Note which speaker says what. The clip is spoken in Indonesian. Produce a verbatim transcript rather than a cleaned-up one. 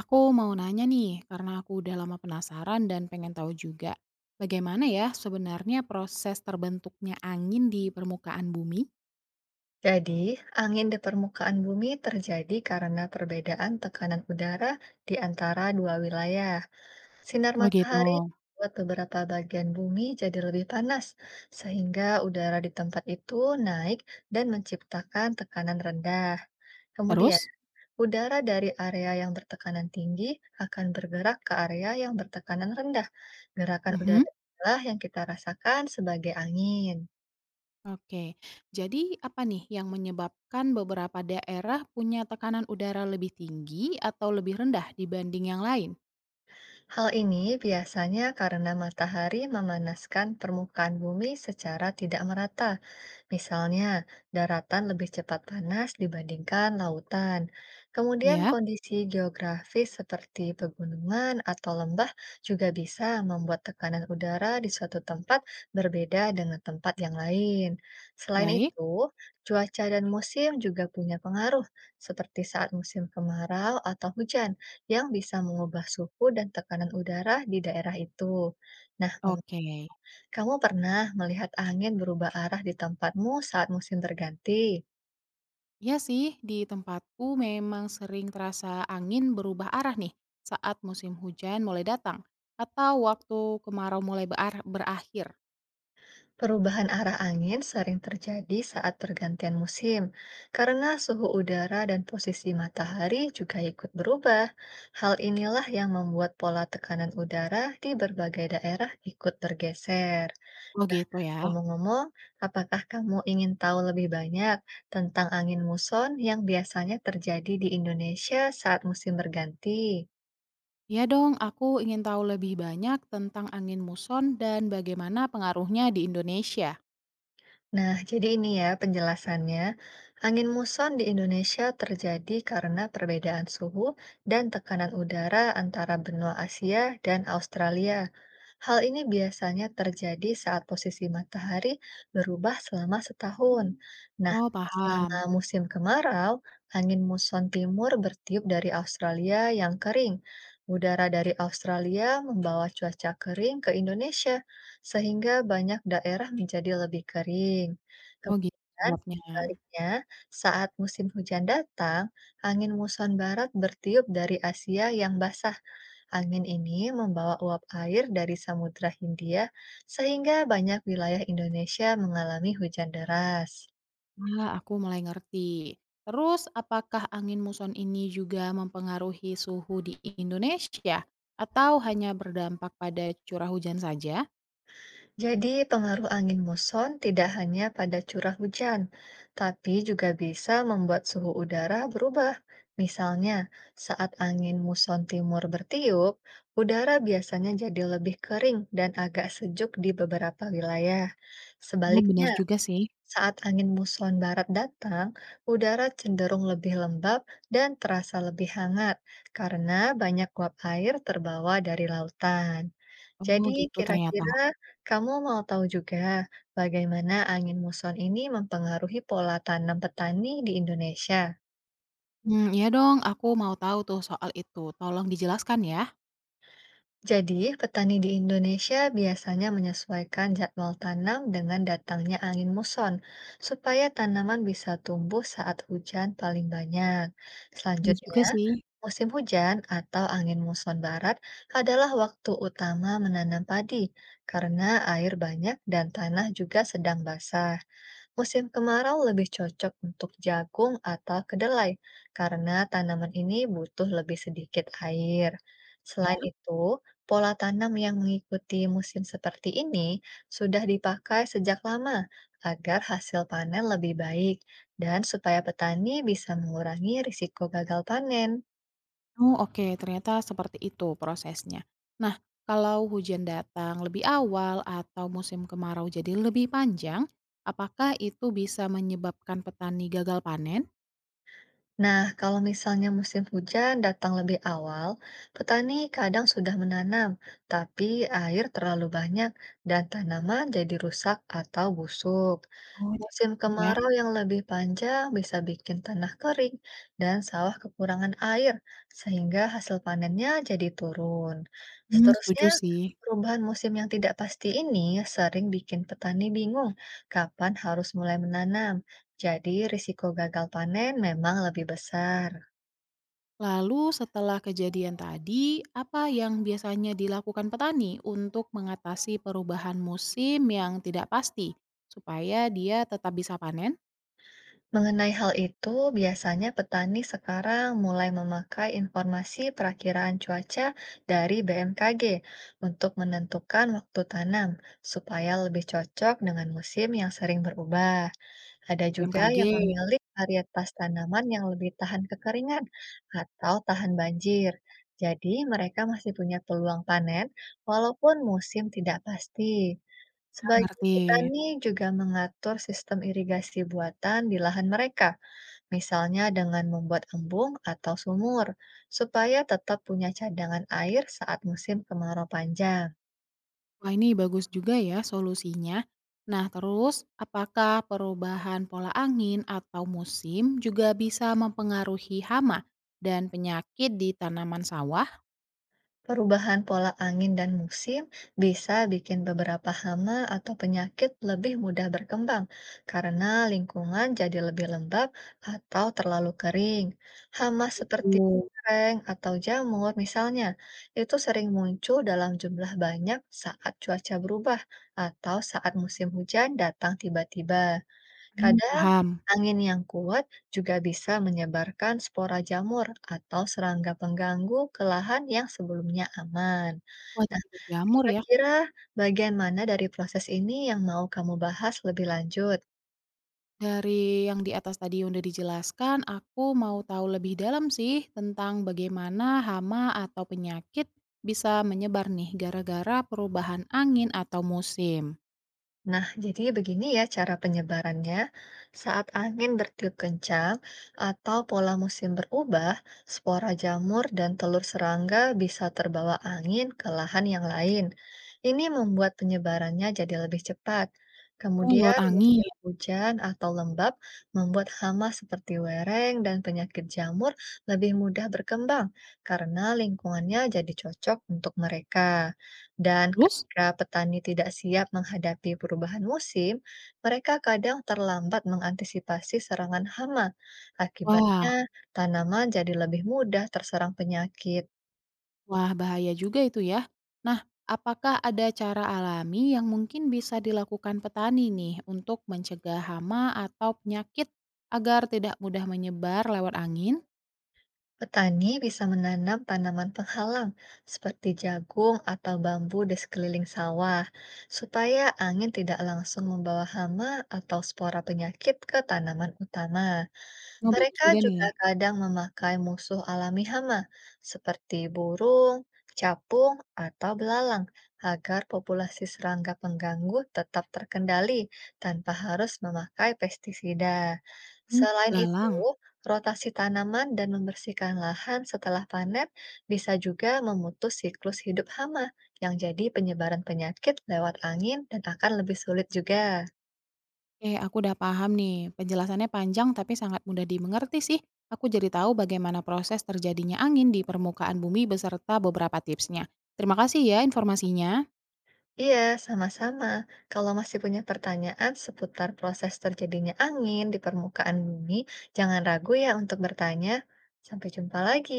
Speaker 1: Aku mau nanya nih, karena aku udah lama penasaran dan pengen tahu juga, bagaimana ya sebenarnya proses terbentuknya angin di permukaan bumi?
Speaker 2: Jadi, angin di permukaan bumi terjadi karena perbedaan tekanan udara di antara dua wilayah. Sinar
Speaker 1: Oh gitu.
Speaker 2: matahari membuat beberapa bagian bumi jadi lebih panas, sehingga udara di tempat itu naik dan menciptakan tekanan rendah. Kemudian,
Speaker 1: Terus?
Speaker 2: udara dari area yang bertekanan tinggi akan bergerak ke area yang bertekanan rendah. Gerakan
Speaker 1: Mhm.
Speaker 2: udara inilah yang kita rasakan sebagai angin.
Speaker 1: Oke, jadi apa nih yang menyebabkan beberapa daerah punya tekanan udara lebih tinggi atau lebih rendah dibanding yang lain?
Speaker 2: Hal ini biasanya karena matahari memanaskan permukaan bumi secara tidak merata. Misalnya, daratan lebih cepat panas dibandingkan lautan. Kemudian
Speaker 1: Ya,
Speaker 2: kondisi geografis seperti pegunungan atau lembah juga bisa membuat tekanan udara di suatu tempat berbeda dengan tempat yang lain. Selain
Speaker 1: baik.
Speaker 2: itu, cuaca dan musim juga punya pengaruh, seperti saat musim kemarau atau hujan yang bisa mengubah suhu dan tekanan udara di daerah itu. Nah,
Speaker 1: Oke.
Speaker 2: kamu pernah melihat angin berubah arah di tempatmu saat musim berganti?
Speaker 1: Iya sih, di tempatku memang sering terasa angin berubah arah nih saat musim hujan mulai datang atau waktu kemarau mulai bear- berakhir.
Speaker 2: Perubahan arah angin sering terjadi saat pergantian musim, karena suhu udara dan posisi matahari juga ikut berubah. Hal inilah yang membuat pola tekanan udara di berbagai daerah ikut bergeser.
Speaker 1: Oh
Speaker 2: Nah,
Speaker 1: gitu ya.
Speaker 2: ngomong-ngomong, apakah kamu ingin tahu lebih banyak tentang angin muson yang biasanya terjadi di Indonesia saat musim berganti?
Speaker 1: Ya dong, aku ingin tahu lebih banyak tentang angin muson dan bagaimana pengaruhnya di Indonesia.
Speaker 2: Nah, jadi ini ya penjelasannya. Angin muson di Indonesia terjadi karena perbedaan suhu dan tekanan udara antara benua Asia dan Australia. Hal ini biasanya terjadi saat posisi matahari berubah selama setahun. Nah,
Speaker 1: Oh
Speaker 2: selama
Speaker 1: paham.
Speaker 2: musim kemarau, angin muson timur bertiup dari Australia yang kering. Udara dari Australia membawa cuaca kering ke Indonesia, sehingga banyak daerah menjadi lebih kering.
Speaker 1: Oh gitu
Speaker 2: Kemudian,
Speaker 1: sebabnya.
Speaker 2: sebaliknya, saat musim hujan datang, angin muson barat bertiup dari Asia yang basah. Angin ini membawa uap air dari Samudra Hindia sehingga banyak wilayah Indonesia mengalami hujan deras.
Speaker 1: Nah, aku mulai ngerti. Terus, apakah angin muson ini juga mempengaruhi suhu di Indonesia atau hanya berdampak pada curah hujan saja?
Speaker 2: Jadi, pengaruh angin muson tidak hanya pada curah hujan, tapi juga bisa membuat suhu udara berubah. Misalnya, saat angin muson timur bertiup, udara biasanya jadi lebih kering dan agak sejuk di beberapa wilayah.
Speaker 1: Oh,
Speaker 2: Sebaliknya,
Speaker 1: benar juga sih.
Speaker 2: saat angin muson barat datang, udara cenderung lebih lembab dan terasa lebih hangat karena banyak uap air terbawa dari lautan.
Speaker 1: Oh,
Speaker 2: Jadi,
Speaker 1: gitu ternyata.
Speaker 2: kira-kira kamu mau tahu juga bagaimana angin muson ini mempengaruhi pola tanam petani di Indonesia?
Speaker 1: Hmm iya dong, aku mau tahu tuh soal itu. Tolong dijelaskan ya.
Speaker 2: Jadi, petani di Indonesia biasanya menyesuaikan jadwal tanam dengan datangnya angin muson, supaya tanaman bisa tumbuh saat hujan paling banyak.
Speaker 1: Bener
Speaker 2: Selanjutnya,
Speaker 1: juga sih.
Speaker 2: musim hujan atau angin muson barat adalah waktu utama menanam padi, karena air banyak dan tanah juga sedang basah. Musim kemarau lebih cocok untuk jagung atau kedelai karena tanaman ini butuh lebih sedikit air. Selain
Speaker 1: Iya.
Speaker 2: itu, pola tanam yang mengikuti musim seperti ini sudah dipakai sejak lama agar hasil panen lebih baik dan supaya petani bisa mengurangi risiko gagal panen.
Speaker 1: Oh, oke, ternyata seperti itu prosesnya. Nah, kalau hujan datang lebih awal atau musim kemarau jadi lebih panjang, apakah itu bisa menyebabkan petani gagal panen?
Speaker 2: Nah, kalau misalnya musim hujan datang lebih awal, petani kadang sudah menanam, tapi air terlalu banyak dan tanaman jadi rusak atau busuk.
Speaker 1: Oh,
Speaker 2: Musim
Speaker 1: jadi ya.
Speaker 2: kemarau yang lebih panjang bisa bikin tanah kering dan sawah kekurangan air, sehingga hasil panennya jadi turun.
Speaker 1: Hmm
Speaker 2: Seterusnya,
Speaker 1: setuju sih.
Speaker 2: perubahan musim yang tidak pasti ini sering bikin petani bingung kapan harus mulai menanam. Jadi, risiko gagal panen memang lebih besar.
Speaker 1: Lalu setelah kejadian tadi, apa yang biasanya dilakukan petani untuk mengatasi perubahan musim yang tidak pasti supaya dia tetap bisa panen?
Speaker 2: Mengenai hal itu, biasanya petani sekarang mulai memakai informasi perakiraan cuaca dari B M K G untuk menentukan waktu tanam, supaya lebih cocok dengan musim yang sering berubah. Ada
Speaker 1: Dari
Speaker 2: juga
Speaker 1: B M K G.
Speaker 2: yang memilih varietas tanaman yang lebih tahan kekeringan atau tahan banjir. Jadi, mereka masih punya peluang panen walaupun musim tidak pasti.
Speaker 1: Ya,
Speaker 2: Sebagian
Speaker 1: ngerti.
Speaker 2: petani juga mengatur sistem irigasi buatan di lahan mereka, misalnya dengan membuat embung atau sumur, supaya tetap punya cadangan air saat musim kemarau panjang.
Speaker 1: Wah, ini bagus juga ya solusinya. Nah, terus apakah perubahan pola angin atau musim juga bisa mempengaruhi hama dan penyakit di tanaman sawah?
Speaker 2: Perubahan pola angin dan musim bisa bikin beberapa hama atau penyakit lebih mudah berkembang karena lingkungan jadi lebih lembab atau terlalu kering. Hama
Speaker 1: Oh gitu.
Speaker 2: seperti sereng atau jamur misalnya, itu sering muncul dalam jumlah banyak saat cuaca berubah atau saat musim hujan datang tiba-tiba.
Speaker 1: Hmm,
Speaker 2: Kadang
Speaker 1: paham.
Speaker 2: angin yang kuat juga bisa menyebarkan spora jamur atau serangga pengganggu ke lahan yang sebelumnya aman.
Speaker 1: Wah,
Speaker 2: Nah,
Speaker 1: jadi berjamur ya.
Speaker 2: kira-kira bagian mana dari proses ini yang mau kamu bahas lebih lanjut?
Speaker 1: Dari yang di atas tadi yang udah dijelaskan, aku mau tahu lebih dalam sih tentang bagaimana hama atau penyakit bisa menyebar nih gara-gara perubahan angin atau musim.
Speaker 2: Nah, jadi begini ya cara penyebarannya. Saat angin bertiup kencang atau pola musim berubah, spora jamur dan telur serangga bisa terbawa angin ke lahan yang lain. Ini membuat penyebarannya jadi lebih cepat.
Speaker 1: Oh, lewat
Speaker 2: Kemudian musim
Speaker 1: angin.
Speaker 2: hujan atau lembab membuat hama seperti wereng dan penyakit jamur lebih mudah berkembang karena lingkungannya jadi cocok untuk mereka. Dan
Speaker 1: Terus?
Speaker 2: ketika petani tidak siap menghadapi perubahan musim, mereka kadang terlambat mengantisipasi serangan hama.
Speaker 1: Wah,
Speaker 2: Akibatnya, tanaman jadi lebih mudah terserang penyakit.
Speaker 1: wah bahaya juga itu ya. Nah, apakah ada cara alami yang mungkin bisa dilakukan petani nih untuk mencegah hama atau penyakit agar tidak mudah menyebar lewat angin?
Speaker 2: Petani bisa menanam tanaman penghalang seperti jagung atau bambu di sekeliling sawah, supaya angin tidak langsung membawa hama atau spora penyakit ke tanaman utama.
Speaker 1: Oh, bagus
Speaker 2: Mereka
Speaker 1: juga nih.
Speaker 2: juga kadang memakai musuh alami hama, seperti burung, capung, atau belalang, agar populasi serangga pengganggu tetap terkendali tanpa harus memakai pestisida.
Speaker 1: Hmm, ada
Speaker 2: Selain itu,
Speaker 1: belalang.
Speaker 2: rotasi tanaman dan membersihkan lahan setelah panen bisa juga memutus siklus hidup hama yang jadi penyebaran penyakit lewat angin dan akan lebih sulit juga.
Speaker 1: Oke, aku udah paham nih. Penjelasannya panjang tapi sangat mudah dimengerti sih. Aku jadi tahu bagaimana proses terjadinya angin di permukaan bumi beserta beberapa tipsnya. Terima kasih ya informasinya.
Speaker 2: Iya, sama-sama. Kalau masih punya pertanyaan seputar proses terjadinya angin di permukaan bumi, jangan ragu ya untuk bertanya. Sampai jumpa lagi.